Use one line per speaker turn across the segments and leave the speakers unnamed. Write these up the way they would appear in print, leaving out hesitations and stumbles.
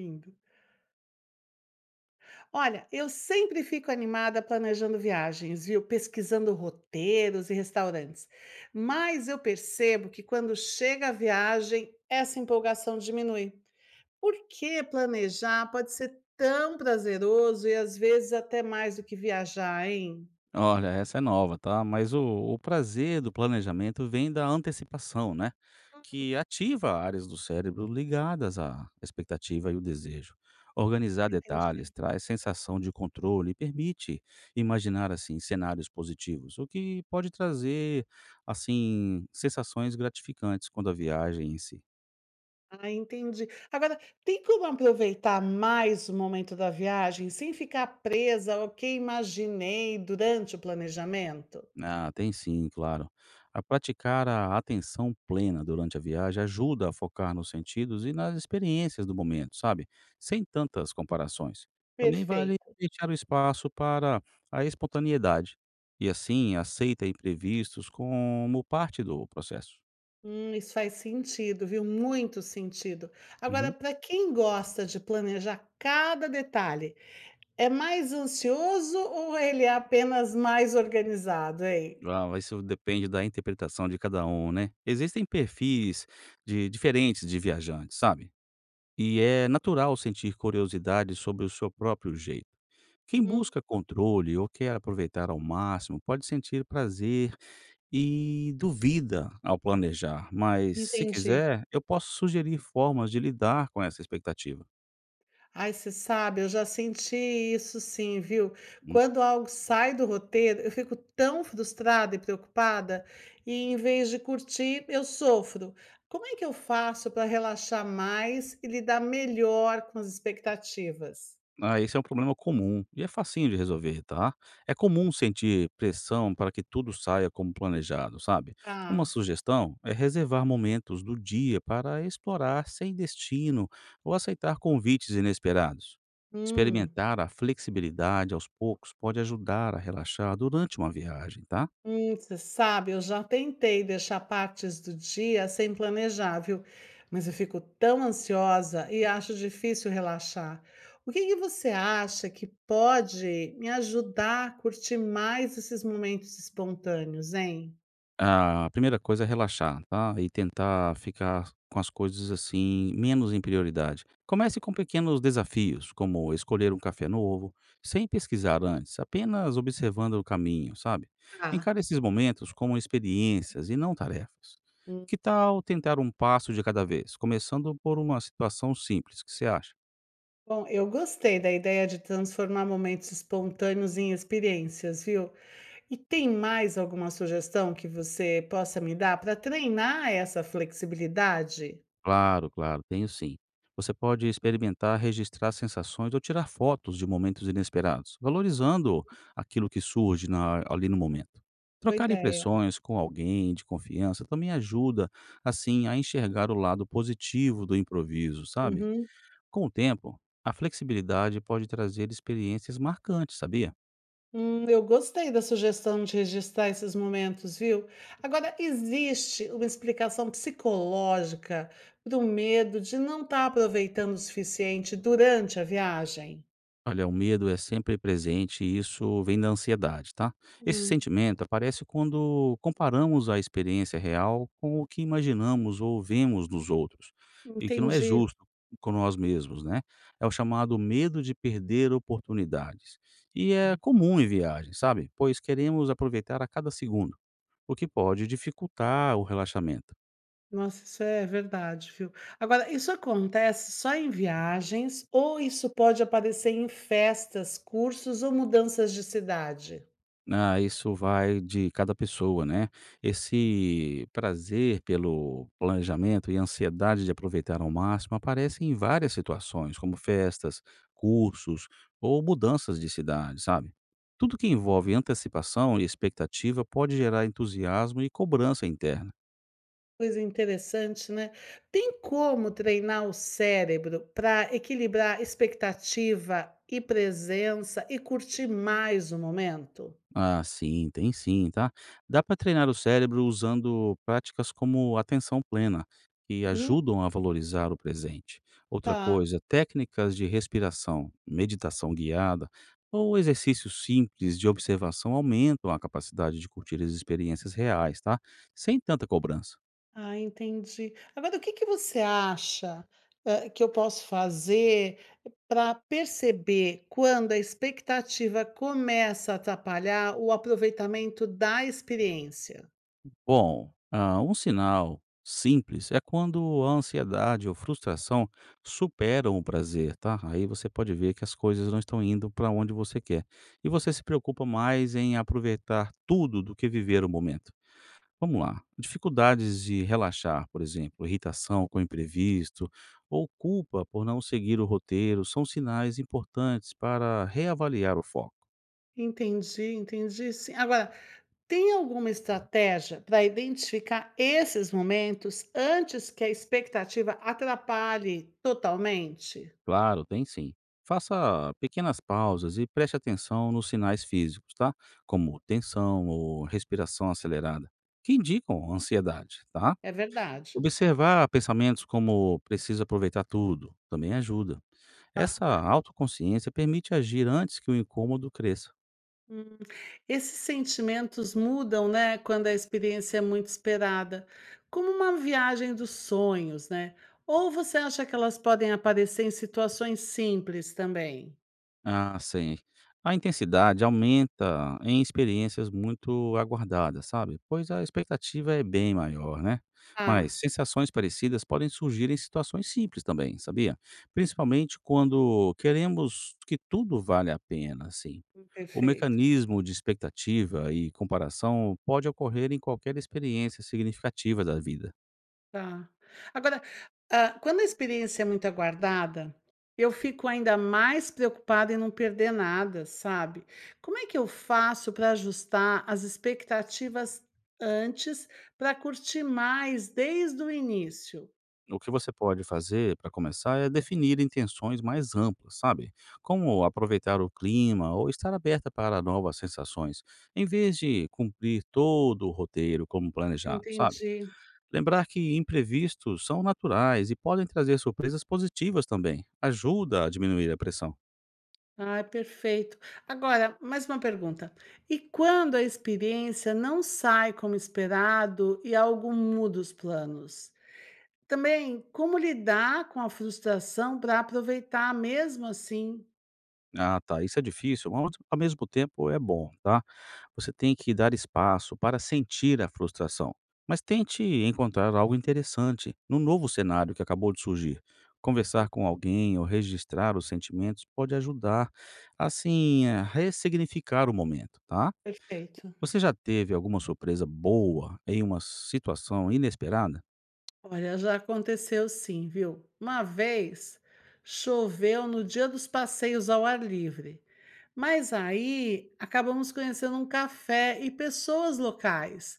Lindo. Olha, eu sempre fico animada planejando viagens, viu? Pesquisando roteiros e restaurantes. Mas eu percebo que quando chega a viagem, essa empolgação diminui. Por que planejar pode ser tão prazeroso e às vezes até mais do que viajar, hein?
Olha, essa é nova, tá? Mas o prazer do planejamento vem da antecipação, né? Que ativa áreas do cérebro ligadas à expectativa e o desejo. Organizar detalhes
Entendi.
traz sensação de controle e permite imaginar assim cenários positivos, o que pode trazer assim sensações gratificantes quando a viagem em si.
Ah, entendi. Agora, tem como aproveitar mais o momento da viagem sem ficar presa ao que imaginei durante o planejamento?
Ah, tem sim, claro. A praticar a atenção plena durante a viagem ajuda a focar nos sentidos e nas experiências do momento, sabe? Sem tantas comparações. Também vale
Perfeito.
deixar o espaço para a espontaneidade e assim aceita imprevistos como parte do processo.
Isso faz sentido, viu? Muito sentido. Agora,
Uhum.
para quem gosta de planejar cada detalhe, é mais ansioso ou ele é apenas mais organizado, hein?
Ah, mas isso depende da interpretação de cada um, né? Existem perfis de diferentes de viajantes, sabe? E é natural sentir curiosidade sobre o seu próprio jeito. Quem
Uhum,
busca controle ou quer aproveitar ao máximo pode sentir prazer e duvida ao planejar, mas se
entendi.
quiser, eu posso sugerir formas de lidar com essa expectativa.
Ai, você sabe, eu já senti isso sim, viu? Quando algo sai do roteiro, eu fico tão frustrada e preocupada, e em vez de curtir, eu sofro. Como é que eu faço para relaxar mais e lidar melhor com as expectativas?
Ah, esse é um problema comum e é facinho de resolver, tá? É comum sentir pressão para que tudo saia como planejado, sabe? Uma
Ah.
sugestão é reservar momentos do dia para explorar sem destino ou aceitar convites inesperados.
Hum,
Experimentar a flexibilidade aos poucos pode ajudar a relaxar durante uma viagem, tá?
hum, você sabe, eu já tentei deixar partes do dia sem planejar, viu? Mas eu fico tão ansiosa e acho difícil relaxar. O que que você acha que pode me ajudar a curtir mais esses momentos espontâneos, hein?
A primeira coisa é relaxar, tá, e tentar ficar com as coisas, assim, menos em prioridade. Comece com pequenos desafios, como escolher um café novo, sem pesquisar antes, apenas observando o caminho, sabe.
Ah.
Encare esses momentos como experiências e não tarefas.
Hum.
Que tal tentar um passo de cada vez, começando por uma situação simples, o que você acha?
Bom, eu gostei da ideia de transformar momentos espontâneos em experiências, viu? E tem mais alguma sugestão que você possa me dar para treinar essa flexibilidade?
Claro, claro, tenho sim. Você pode experimentar registrar sensações ou tirar fotos de momentos inesperados, valorizando aquilo que surge ali no momento.
Boa
Trocar
ideia.
impressões com alguém de confiança também ajuda, assim, a enxergar o lado positivo do improviso, sabe?
Uhum.
Com o tempo, a flexibilidade pode trazer experiências marcantes, sabia?
Eu gostei da sugestão de registrar esses momentos, viu? Agora, existe uma explicação psicológica para o medo de não estar aproveitando o suficiente durante a viagem?
Olha, o medo é sempre presente e isso vem da ansiedade, tá? Esse
Hum,
sentimento aparece quando comparamos a experiência real com o que imaginamos ou vemos nos outros, e que não é
entendi.
justo com nós mesmos, né? É o chamado medo de perder oportunidades. E é
Hum.
comum em viagens, sabe? Pois queremos aproveitar a cada segundo, o que pode dificultar o relaxamento.
Nossa, isso é verdade, viu? Agora, isso acontece só em viagens ou isso pode aparecer em festas, cursos ou mudanças de cidade?
Ah, isso vai de cada pessoa, né. Esse prazer pelo planejamento e ansiedade de aproveitar ao máximo aparecem em várias situações, como festas, cursos ou mudanças de cidade, sabe. Tudo que envolve antecipação e expectativa pode gerar entusiasmo e cobrança interna.
Coisa interessante, né. Tem como treinar o cérebro para equilibrar expectativa e presença e curtir mais o momento?
Ah, sim, tem sim, tá? Dá para treinar o cérebro usando práticas como atenção plena, que
Uhum,
ajudam a valorizar o presente. Outra
tá.
coisa, técnicas de respiração, meditação guiada ou exercícios simples de observação aumentam a capacidade de curtir as experiências reais, tá? Sem tanta cobrança.
Ah, entendi. Agora, o que que você acha, que eu posso fazer para perceber quando a expectativa começa a atrapalhar o aproveitamento da experiência?
Bom, um sinal simples é quando a ansiedade ou frustração superam o prazer, tá? Aí você pode ver que as coisas não estão indo para onde você quer. E você se preocupa mais em aproveitar tudo do que viver o momento. Vamos lá. Dificuldades de relaxar, por exemplo, irritação com o imprevisto ou culpa por não seguir o roteiro são sinais importantes para reavaliar o foco.
Entendi, entendi sim. Agora, tem alguma estratégia para identificar esses momentos antes que a expectativa atrapalhe totalmente?
Claro, tem sim. Faça pequenas pausas e preste atenção nos sinais físicos, tá? Como tensão ou respiração acelerada, que indicam ansiedade, tá?
É verdade.
Observar pensamentos como preciso aproveitar tudo também ajuda. Essa autoconsciência permite agir antes que o incômodo cresça.
Hum, esses sentimentos mudam, né, quando a experiência é muito esperada, como uma viagem dos sonhos, né? Ou você acha que elas podem aparecer em situações simples também?
Ah, sim. A intensidade aumenta em experiências muito aguardadas, sabe? Pois a expectativa é bem maior, né?
Ah,
Mas sensações parecidas podem surgir em situações simples também, sabia? Principalmente quando queremos que tudo vale a pena, assim. O
perfeito.
mecanismo de expectativa e comparação pode ocorrer em qualquer experiência significativa da vida.
Tá. Agora, quando a experiência é muito aguardada, eu fico ainda mais preocupada em não perder nada, sabe. Como é que eu faço para ajustar as expectativas antes, para curtir mais desde o início?
O que você pode fazer para começar é definir intenções mais amplas, sabe? Como aproveitar o clima ou estar aberta para novas sensações, em vez de cumprir todo o roteiro como planejado, sabe?
Entendi.
Lembrar que imprevistos são naturais e podem trazer surpresas positivas também ajuda a diminuir a pressão.
Ah, perfeito. Agora, mais uma pergunta. E quando a experiência não sai como esperado e algo muda os planos? Também, como lidar com a frustração para aproveitar mesmo assim?
Ah, tá, isso é difícil, mas ao mesmo tempo é bom, tá? Você tem que dar espaço para sentir a frustração, mas tente encontrar algo interessante no novo cenário que acabou de surgir.
Ah,
Conversar com alguém ou registrar os sentimentos pode ajudar, assim, a ressignificar o momento, tá?
perfeito.
Você já teve alguma surpresa boa em uma situação inesperada?
Olha, já aconteceu sim, viu? Uma vez choveu no dia dos passeios ao ar livre, mas aí acabamos conhecendo um café e pessoas locais.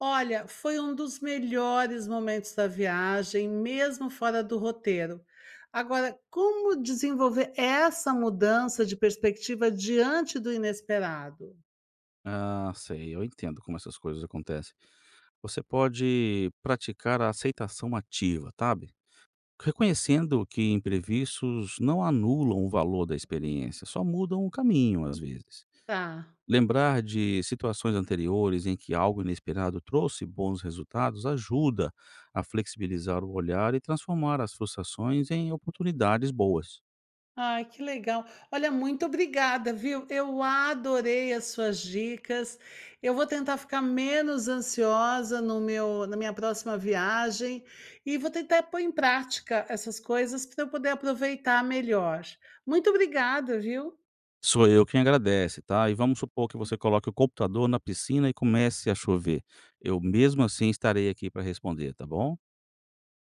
Olha, foi um dos melhores momentos da viagem, mesmo fora do roteiro. Agora, como desenvolver essa mudança de perspectiva diante do inesperado?
Ah, sei, eu entendo como essas coisas acontecem. Você pode praticar a aceitação ativa, sabe? Reconhecendo que imprevistos não anulam o valor da experiência, só mudam o caminho, às vezes.
Tá.
Lembrar de situações anteriores em que algo inesperado trouxe bons resultados ajuda a flexibilizar o olhar e transformar as frustrações em oportunidades boas.
Ai, que legal. Olha, muito obrigada, viu? Eu adorei as suas dicas. Eu vou tentar ficar menos ansiosa no meu, na minha próxima viagem e vou tentar pôr em prática essas coisas para eu poder aproveitar melhor. Muito obrigada, viu?
Sou eu quem agradece, tá? E vamos supor que você coloque o computador na piscina e comece a chover. Eu mesmo assim estarei aqui para responder, tá bom?